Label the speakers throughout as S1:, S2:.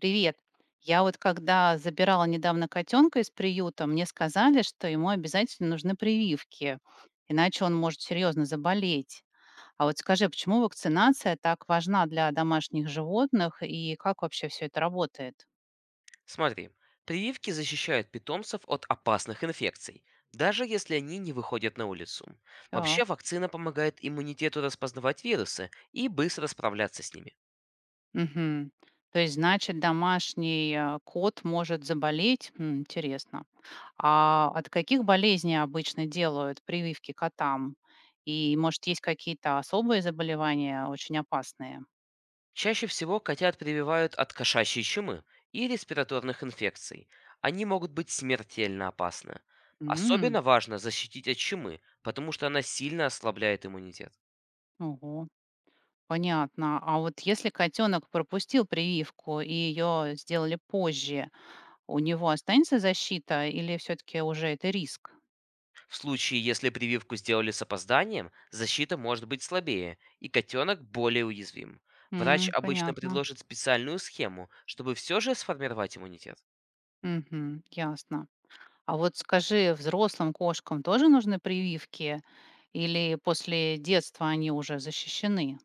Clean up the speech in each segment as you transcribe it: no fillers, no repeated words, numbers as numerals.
S1: Привет. Я вот когда забирала недавно котенка из приюта, мне сказали, что ему обязательно нужны прививки, иначе он может серьезно заболеть. А вот скажи, а почему вакцинация так важна для домашних животных и как вообще все это работает?
S2: Смотри, прививки защищают питомцев от опасных инфекций, даже если они не выходят на улицу. Вообще
S1: Так.
S2: вакцина помогает иммунитету распознавать вирусы и быстро справляться с ними.
S1: Мгм. То есть, значит, домашний кот может заболеть? М, интересно. А от каких болезней обычно делают прививки котам? И, может, есть какие-то особые заболевания, очень опасные?
S2: Чаще всего котят прививают от кошачьей чумы и респираторных инфекций. Они могут быть смертельно опасны.
S1: М,
S2: Особенно важно защитить от чумы, потому что она сильно ослабляет иммунитет.
S1: ого, понятно. А вот если котенок пропустил прививку и ее сделали позже, у него останется защита или все-таки уже это риск?
S2: В случае, если прививку сделали с опозданием, защита может быть слабее, и котенок более уязвим. Врач
S1: М,
S2: обычно
S1: понятно.
S2: предложит специальную схему, чтобы все же сформировать иммунитет.
S1: Мгм, ясно. А вот скажи, взрослым кошкам тоже нужны прививки или после детства они уже защищены?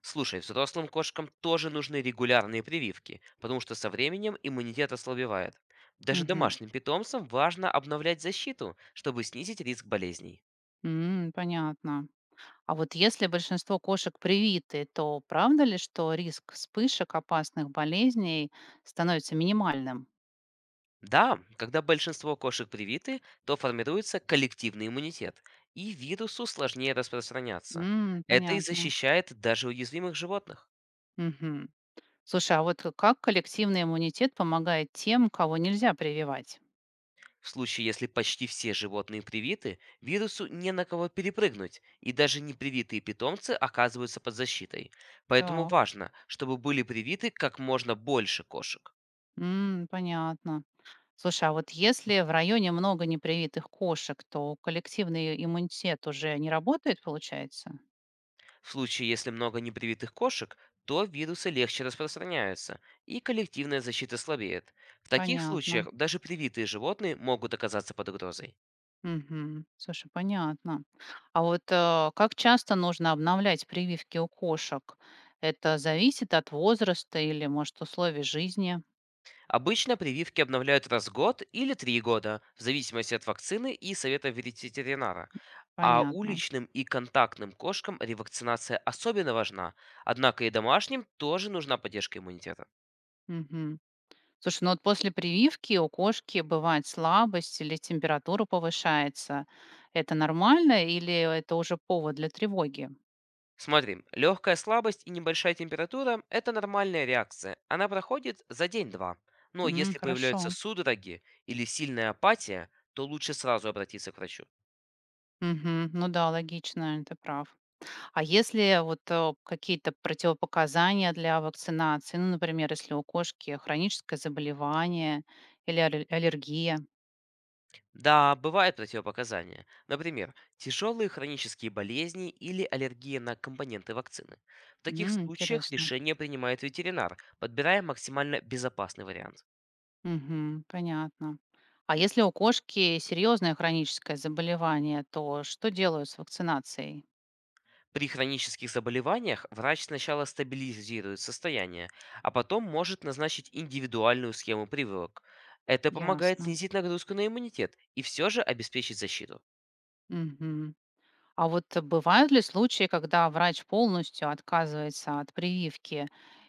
S2: Слушай, взрослым кошкам тоже нужны регулярные прививки, потому что со временем иммунитет ослабевает. Даже
S1: Мгм.
S2: домашним питомцам важно обновлять защиту, чтобы снизить риск болезней.
S1: М, понятно. А вот если большинство кошек привиты, то правда ли, что риск вспышек опасных болезней становится минимальным?
S2: Да, когда большинство кошек привиты, то формируется коллективный иммунитет, и вирусу сложнее распространяться.
S1: М,
S2: Это и
S1: понятно.
S2: защищает даже уязвимых животных.
S1: Мгм. Слушай, а вот как коллективный иммунитет помогает тем, кого нельзя прививать?
S2: В случае, если почти все животные привиты, вирусу не на кого перепрыгнуть, и даже непривитые питомцы оказываются под защитой. Поэтому
S1: Так.
S2: важно, чтобы были привиты как можно больше кошек.
S1: М, понятно. Слушай, а вот если в районе много непривитых кошек, то коллективный иммунитет уже не работает, получается?
S2: В случае, если много непривитых кошек, то вирусы легче распространяются, и коллективная защита слабеет. В таких случаях
S1: Понятно.
S2: даже привитые животные могут оказаться под угрозой.
S1: Мгм. Слушай, понятно. А вот как часто нужно обновлять прививки у кошек? Это зависит от возраста или, может, условий жизни?
S2: Обычно прививки обновляют раз в год или три года, в зависимости от вакцины и совета ветеринара. А
S1: Понятно.
S2: уличным и контактным кошкам ревакцинация особенно важна, однако и домашним тоже нужна поддержка иммунитета.
S1: Мгм. Слушай, ну вот после прививки у кошки бывает слабость или температура повышается. Это нормально или это уже повод для тревоги?
S2: Смотри, легкая слабость и небольшая температура – это нормальная реакция. Она проходит за день-два. Но
S1: М,
S2: если появляются
S1: хорошо.
S2: судороги или сильная апатия, то лучше сразу обратиться к врачу.
S1: Мгм. Ну да, логично, ты прав. А если вот какие-то противопоказания для вакцинации, ну, например, если у кошки хроническое заболевание или аллергия?
S2: Да, бывают противопоказания. Например, тяжелые хронические болезни или аллергия на компоненты вакцины. В таких
S1: М,
S2: случаях
S1: интересно.
S2: решение принимает ветеринар, подбирая максимально безопасный вариант.
S1: Мгм, понятно. А если у кошки серьезное хроническое заболевание, то что делают с вакцинацией?
S2: При хронических заболеваниях врач сначала стабилизирует состояние, а потом может назначить индивидуальную схему прививок. Это помогает
S1: Ясно.
S2: снизить нагрузку на иммунитет и все же обеспечить защиту.
S1: Мгм. А вот бывают ли случаи, когда врач полностью отказывается от прививки,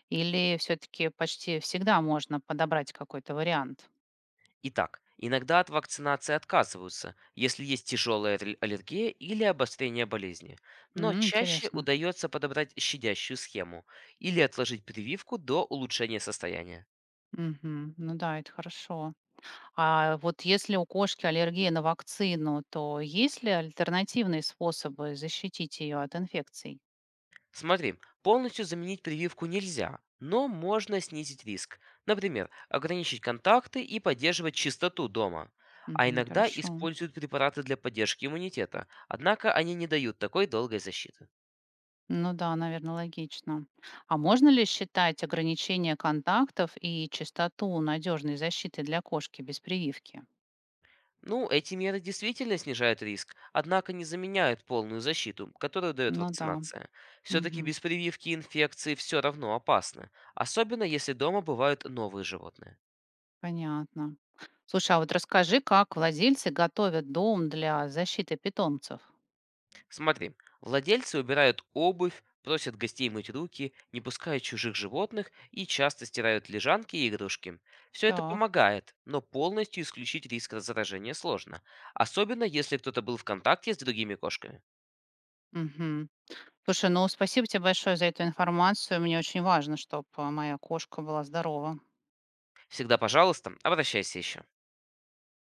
S1: или все-таки почти всегда можно подобрать какой-то вариант?
S2: Итак, иногда от вакцинации отказываются, если есть тяжелая аллергия или обострение болезни. Но
S1: М,
S2: чаще
S1: интересно.
S2: удается подобрать щадящую схему или отложить прививку до улучшения состояния.
S1: Мгм. Ну да, это хорошо. А вот если у кошки аллергия на вакцину, то есть ли альтернативные способы защитить ее от инфекций?
S2: Смотри, полностью заменить прививку нельзя, но можно снизить риск. Например, ограничить контакты и поддерживать чистоту дома. А
S1: Мгм.
S2: иногда
S1: Хорошо.
S2: используют препараты для поддержки иммунитета, однако они не дают такой долгой защиты.
S1: Ну да, наверное, логично. А можно ли считать ограничение контактов и частоту надежной защиты для кошки без прививки?
S2: Ну, эти меры действительно снижают риск, однако не заменяют полную защиту, которую дает
S1: Ну да.
S2: вакцинация. Все-таки
S1: Мгм,
S2: без прививки инфекции все равно опасны, особенно если дома бывают новые животные.
S1: понятно. Слушай, а вот расскажи, как владельцы готовят дом для защиты питомцев?
S2: Смотри, владельцы убирают обувь, просят гостей мыть руки, не пускают чужих животных и часто стирают лежанки и игрушки. Все это
S1: Так.
S2: помогает, но полностью исключить риск заражения сложно, особенно если кто-то был в контакте с другими кошками.
S1: Мгм. Слушай, ну спасибо тебе большое за эту информацию. Мне очень важно, чтобы моя кошка была здорова.
S2: Всегда, пожалуйста, обращайся еще.